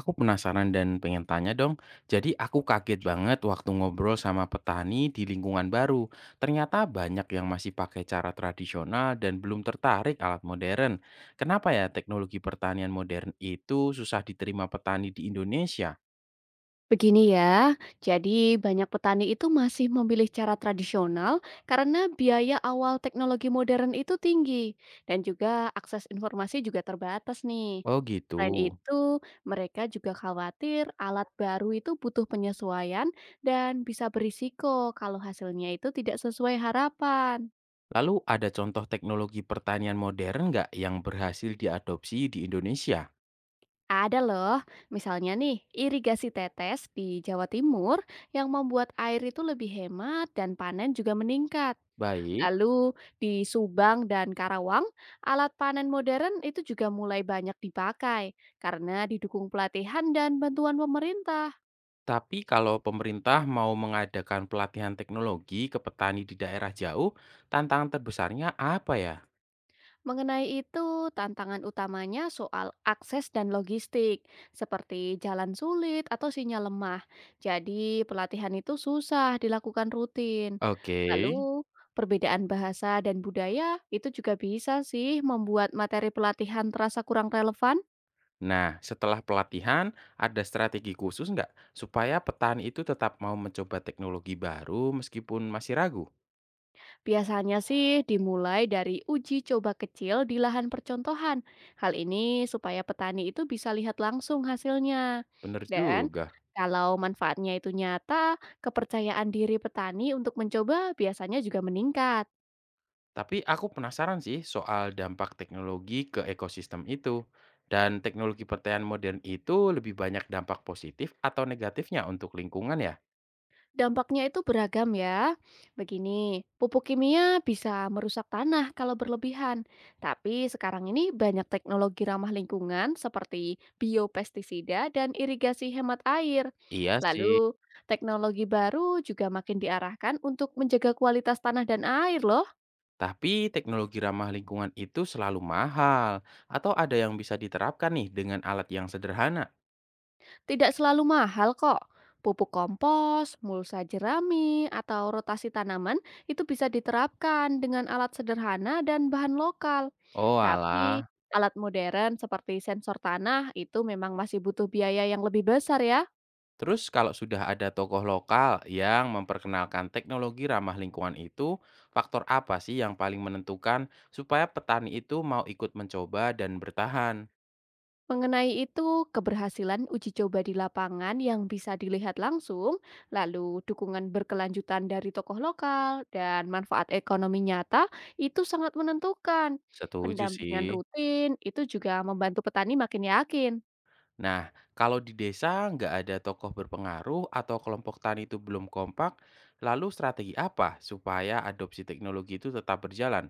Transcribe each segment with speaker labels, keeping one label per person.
Speaker 1: Aku penasaran dan pengen tanya dong. Jadi aku kaget banget waktu ngobrol sama petani di lingkungan baru. Ternyata banyak yang masih pakai cara tradisional dan belum tertarik alat modern. Kenapa ya teknologi pertanian modern itu susah diterima petani di Indonesia?
Speaker 2: Begini ya, jadi banyak petani itu masih memilih cara tradisional karena biaya awal teknologi modern itu tinggi dan juga akses informasi juga terbatas nih.
Speaker 1: Oh gitu.
Speaker 2: Selain itu, mereka juga khawatir alat baru itu butuh penyesuaian dan bisa berisiko kalau hasilnya itu tidak sesuai harapan.
Speaker 1: Lalu ada contoh teknologi pertanian modern nggak yang berhasil diadopsi di Indonesia?
Speaker 2: Ada loh, misalnya nih, irigasi tetes di Jawa Timur yang membuat air itu lebih hemat dan panen juga meningkat.
Speaker 1: Baik.
Speaker 2: Lalu di Subang dan Karawang, alat panen modern itu juga mulai banyak dipakai karena didukung pelatihan dan bantuan pemerintah.
Speaker 1: Tapi kalau pemerintah mau mengadakan pelatihan teknologi ke petani di daerah jauh, tantangan terbesarnya apa ya?
Speaker 2: Mengenai itu, tantangan utamanya soal akses dan logistik, seperti jalan sulit atau sinyal lemah. Jadi, pelatihan itu susah dilakukan rutin.
Speaker 1: Oke.
Speaker 2: Lalu, perbedaan bahasa dan budaya itu juga bisa sih membuat materi pelatihan terasa kurang relevan.
Speaker 1: Nah, setelah pelatihan, ada strategi khusus nggak supaya petani itu tetap mau mencoba teknologi baru meskipun masih ragu?
Speaker 2: Biasanya sih dimulai dari uji coba kecil di lahan percontohan. Hal ini supaya petani itu bisa lihat langsung hasilnya.
Speaker 1: Bener
Speaker 2: Dan
Speaker 1: juga.
Speaker 2: kalau manfaatnya itu nyata, kepercayaan diri petani untuk mencoba biasanya juga meningkat.
Speaker 1: Tapi aku penasaran sih soal dampak teknologi ke ekosistem itu. Dan teknologi pertanian modern itu lebih banyak dampak positif atau negatifnya untuk lingkungan ya?
Speaker 2: Dampaknya itu beragam ya. Begini, pupuk kimia bisa merusak tanah kalau berlebihan. Tapi sekarang ini banyak teknologi ramah lingkungan seperti biopestisida dan irigasi hemat air.
Speaker 1: Iya sih.
Speaker 2: Lalu, teknologi baru juga makin diarahkan untuk menjaga kualitas tanah dan air loh.
Speaker 1: Tapi teknologi ramah lingkungan itu selalu mahal, atau ada yang bisa diterapkan nih dengan alat yang sederhana?
Speaker 2: Tidak selalu mahal kok. Pupuk kompos, mulsa jerami, atau rotasi tanaman itu bisa diterapkan dengan alat sederhana dan bahan lokal.
Speaker 1: Oh
Speaker 2: Tapi
Speaker 1: alah,
Speaker 2: alat modern seperti sensor tanah itu memang masih butuh biaya yang lebih besar ya.
Speaker 1: terus kalau sudah ada tokoh lokal yang memperkenalkan teknologi ramah lingkungan itu, faktor apa sih yang paling menentukan supaya petani itu mau ikut mencoba dan bertahan?
Speaker 2: Mengenai itu, keberhasilan uji coba di lapangan yang bisa dilihat langsung, lalu dukungan berkelanjutan dari tokoh lokal, dan manfaat ekonomi nyata itu sangat menentukan.
Speaker 1: Setuju
Speaker 2: Pendampingan
Speaker 1: sih.
Speaker 2: rutin itu juga membantu petani makin yakin.
Speaker 1: Nah, kalau di desa nggak ada tokoh berpengaruh atau kelompok tani itu belum kompak, lalu strategi apa supaya adopsi teknologi itu tetap berjalan?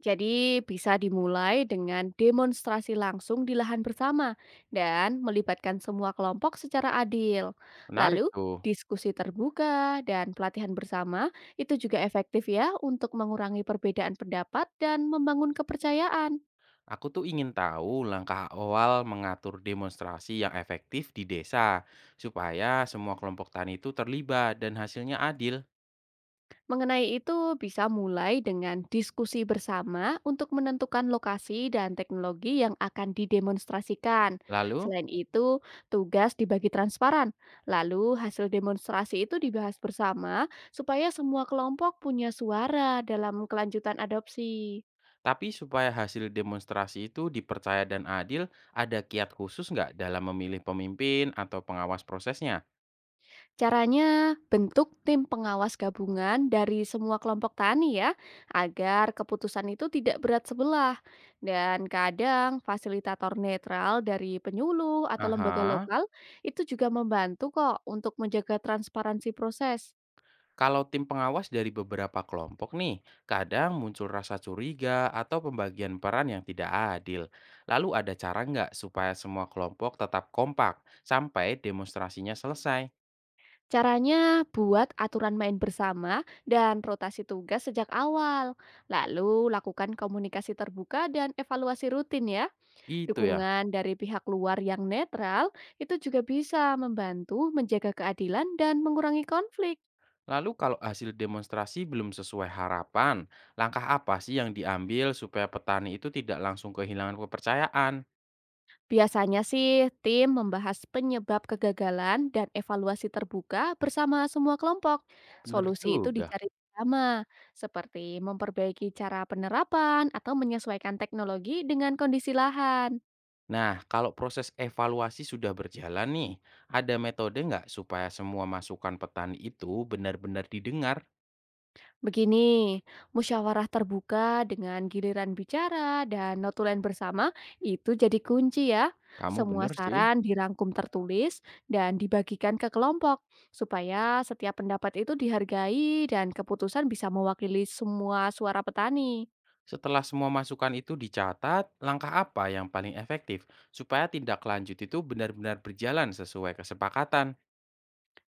Speaker 2: Jadi bisa dimulai dengan demonstrasi langsung di lahan bersama dan melibatkan semua kelompok secara adil.
Speaker 1: Menarik
Speaker 2: Lalu
Speaker 1: tuh.
Speaker 2: diskusi terbuka dan pelatihan bersama itu juga efektif ya untuk mengurangi perbedaan pendapat dan membangun kepercayaan.
Speaker 1: Aku tuh ingin tahu langkah awal mengatur demonstrasi yang efektif di desa, supaya semua kelompok tani itu terlibat dan hasilnya adil.
Speaker 2: Mengenai itu, bisa mulai dengan diskusi bersama untuk menentukan lokasi dan teknologi yang akan didemonstrasikan.
Speaker 1: Lalu,
Speaker 2: Selain itu, tugas dibagi transparan. Lalu, hasil demonstrasi itu dibahas bersama supaya semua kelompok punya suara dalam kelanjutan adopsi.
Speaker 1: tapi supaya hasil demonstrasi itu dipercaya dan adil, ada kiat khusus nggak dalam memilih pemimpin atau pengawas prosesnya?
Speaker 2: Caranya, bentuk tim pengawas gabungan dari semua kelompok tani ya, agar keputusan itu tidak berat sebelah. Dan kadang fasilitator netral dari penyuluh atau lembaga
Speaker 1: Aha.
Speaker 2: lokal itu juga membantu kok untuk menjaga transparansi proses.
Speaker 1: Kalau tim pengawas dari beberapa kelompok nih, kadang muncul rasa curiga atau pembagian peran yang tidak adil. Lalu ada cara nggak supaya semua kelompok tetap kompak sampai demonstrasinya selesai?
Speaker 2: Caranya buat aturan main bersama dan rotasi tugas sejak awal. Lalu lakukan komunikasi terbuka dan evaluasi rutin ya.
Speaker 1: Gitu ya.
Speaker 2: Dukungan dari pihak luar yang netral itu juga bisa membantu menjaga keadilan dan mengurangi konflik.
Speaker 1: Lalu kalau hasil demonstrasi belum sesuai harapan, langkah apa sih yang diambil supaya petani itu tidak langsung kehilangan kepercayaan?
Speaker 2: Biasanya sih, tim membahas penyebab kegagalan dan evaluasi terbuka bersama semua kelompok.
Speaker 1: Bener
Speaker 2: Solusi itu
Speaker 1: juga.
Speaker 2: dicari bersama, seperti memperbaiki cara penerapan atau menyesuaikan teknologi dengan kondisi lahan.
Speaker 1: Nah, kalau proses evaluasi sudah berjalan nih, ada metode nggak supaya semua masukan petani itu benar-benar didengar?
Speaker 2: Begini, musyawarah terbuka dengan giliran bicara dan notulen bersama itu jadi kunci ya.
Speaker 1: Kamu
Speaker 2: Semua
Speaker 1: benar sih.
Speaker 2: saran dirangkum tertulis dan dibagikan ke kelompok supaya setiap pendapat itu dihargai dan keputusan bisa mewakili semua suara petani.
Speaker 1: Setelah semua masukan itu dicatat, langkah apa yang paling efektif supaya tindak lanjut itu benar-benar berjalan sesuai kesepakatan?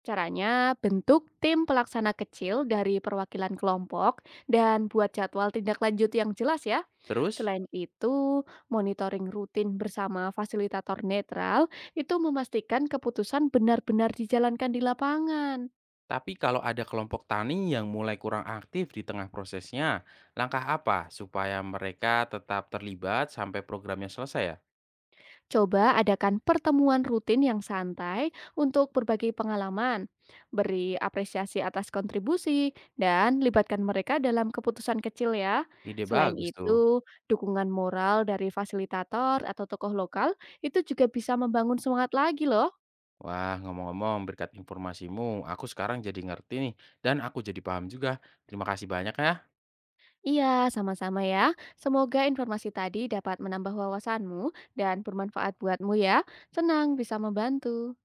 Speaker 2: Caranya, bentuk tim pelaksana kecil dari perwakilan kelompok dan buat jadwal tindak lanjut yang jelas ya.
Speaker 1: Terus,
Speaker 2: Selain itu, monitoring rutin bersama fasilitator netral itu memastikan keputusan benar-benar dijalankan di lapangan.
Speaker 1: tapi kalau ada kelompok tani yang mulai kurang aktif di tengah prosesnya, langkah apa supaya mereka tetap terlibat sampai programnya selesai ya?
Speaker 2: Coba adakan pertemuan rutin yang santai untuk berbagi pengalaman, beri apresiasi atas kontribusi, dan libatkan mereka dalam keputusan kecil ya.
Speaker 1: Ide
Speaker 2: Selain
Speaker 1: bagus tuh.
Speaker 2: itu, dukungan moral dari fasilitator atau tokoh lokal itu juga bisa membangun semangat lagi loh.
Speaker 1: Wah, ngomong-ngomong berkat informasimu, aku sekarang jadi ngerti nih, dan aku jadi paham juga. Terima kasih banyak ya.
Speaker 2: Iya, sama-sama ya. Semoga informasi tadi dapat menambah wawasanmu dan bermanfaat buatmu ya. Senang bisa membantu.